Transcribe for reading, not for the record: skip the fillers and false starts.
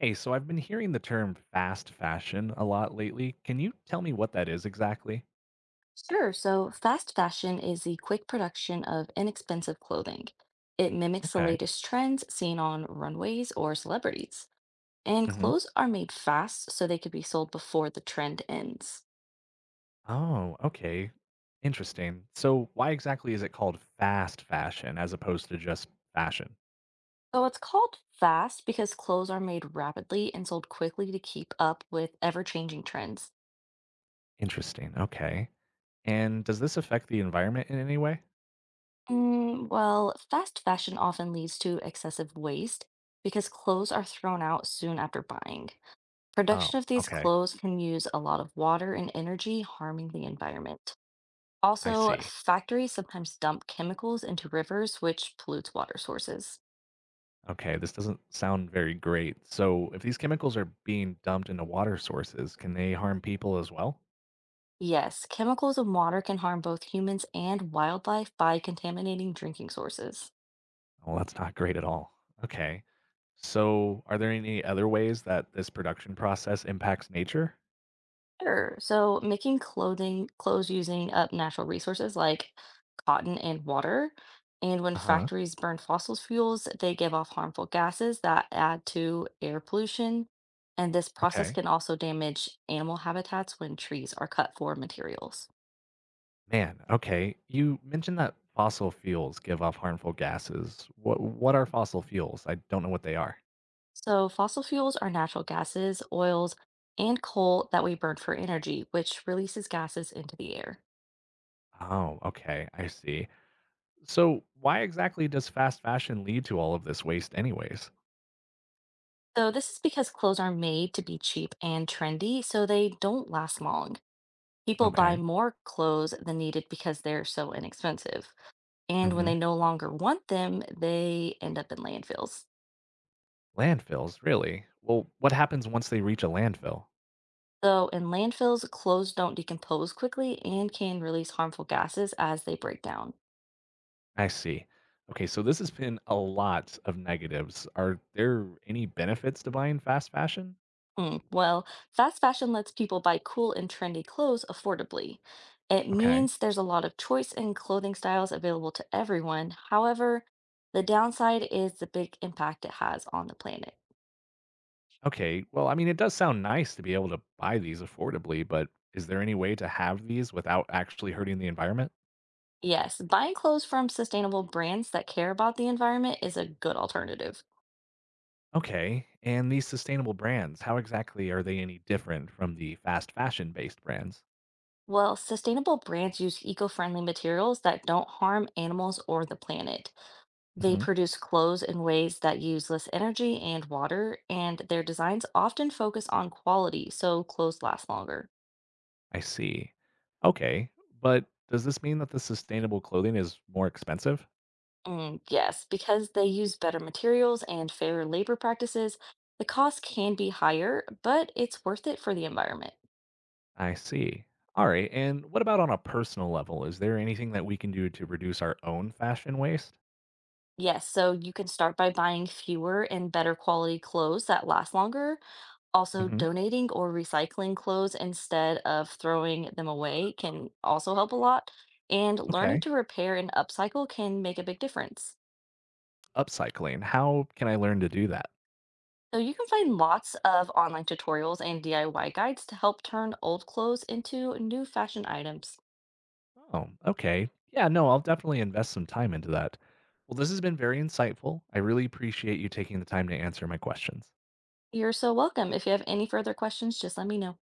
Hey, so I've been hearing the term fast fashion a lot lately. Can you tell me what that is exactly? Sure. So, fast fashion is the quick production of inexpensive clothing. It mimics the Okay. latest trends seen on runways or celebrities. And Hmm. clothes are made fast so they could be sold before the trend ends. Oh, okay. Interesting. So, why exactly is it called fast fashion as opposed to just fashion? So, it's called fast because clothes are made rapidly and sold quickly to keep up with ever changing trends. Interesting. Okay. And does this affect the environment in any way? Well, fast fashion often leads to excessive waste because clothes are thrown out soon after buying. Production Oh, of these okay. clothes can use a lot of water and energy, harming the environment. I Also, see. factories sometimes dump chemicals into rivers, which pollutes water sources. Okay, this doesn't sound very great. So, if these chemicals are being dumped into water sources, can they harm people as well? Yes, chemicals in water can harm both humans and wildlife by contaminating drinking sources. Well, that's not great at all. Okay. So, are there any other ways that this production process impacts nature? Sure. So making clothing clothes using up natural resources like cotton and water. And when Uh huh. factories burn fossil fuels, they give off harmful gases that add to air pollution. And this process Okay. can also damage animal habitats when trees are cut for materials. Man, okay. You mentioned that fossil fuels give off harmful gases. What are fossil fuels? I don't know what they are. So fossil fuels are natural gases, oils, and coal that we burn for energy, which releases gases into the air. Oh, okay. I see. So, why exactly does fast fashion lead to all of this waste anyways? So this is because clothes are made to be cheap and trendy, so they don't last long. People buy Okay. more clothes than needed because they're so inexpensive. And when Mhm. they no longer want them, they end up in landfills. Landfills, really? Well, what happens once they reach a landfill? So, in landfills, clothes don't decompose quickly and can release harmful gases as they break down. I see. Okay, so this has been a lot of negatives. Are there any benefits to buying fast fashion? Hmm. Well, fast fashion lets people buy cool and trendy clothes affordably. It Okay. means there's a lot of choice in clothing styles available to everyone. However, the downside is the big impact it has on the planet. Okay. Well, I mean, it does sound nice to be able to buy these affordably, but is there any way to have these without actually hurting the environment? Yes, buying clothes from sustainable brands that care about the environment is a good alternative. Okay. And these sustainable brands, how exactly are they any different from the fast fashion based brands? Well, sustainable brands use eco-friendly materials that don't harm animals or the planet. They Hmm. produce clothes in ways that use less energy and water, and their designs often focus on quality, so clothes last longer. I see. Okay. But does this mean that the sustainable clothing is more expensive? Yes, because they use better materials and fairer labor practices, the cost can be higher, but it's worth it for the environment. I see. All right. And what about on a personal level? Is there anything that we can do to reduce our own fashion waste? Yes, so you can start by buying fewer and better quality clothes that last longer. Also, Hmm. donating or recycling clothes instead of throwing them away can also help a lot. And learning Okay. to repair and upcycle can make a big difference. Upcycling. How can I learn to do that? So, you can find lots of online tutorials and DIY guides to help turn old clothes into new fashion items. Oh, okay. Yeah, no, I'll definitely invest some time into that. Well, this has been very insightful. I really appreciate you taking the time to answer my questions. You're so welcome. If you have any further questions, just let me know.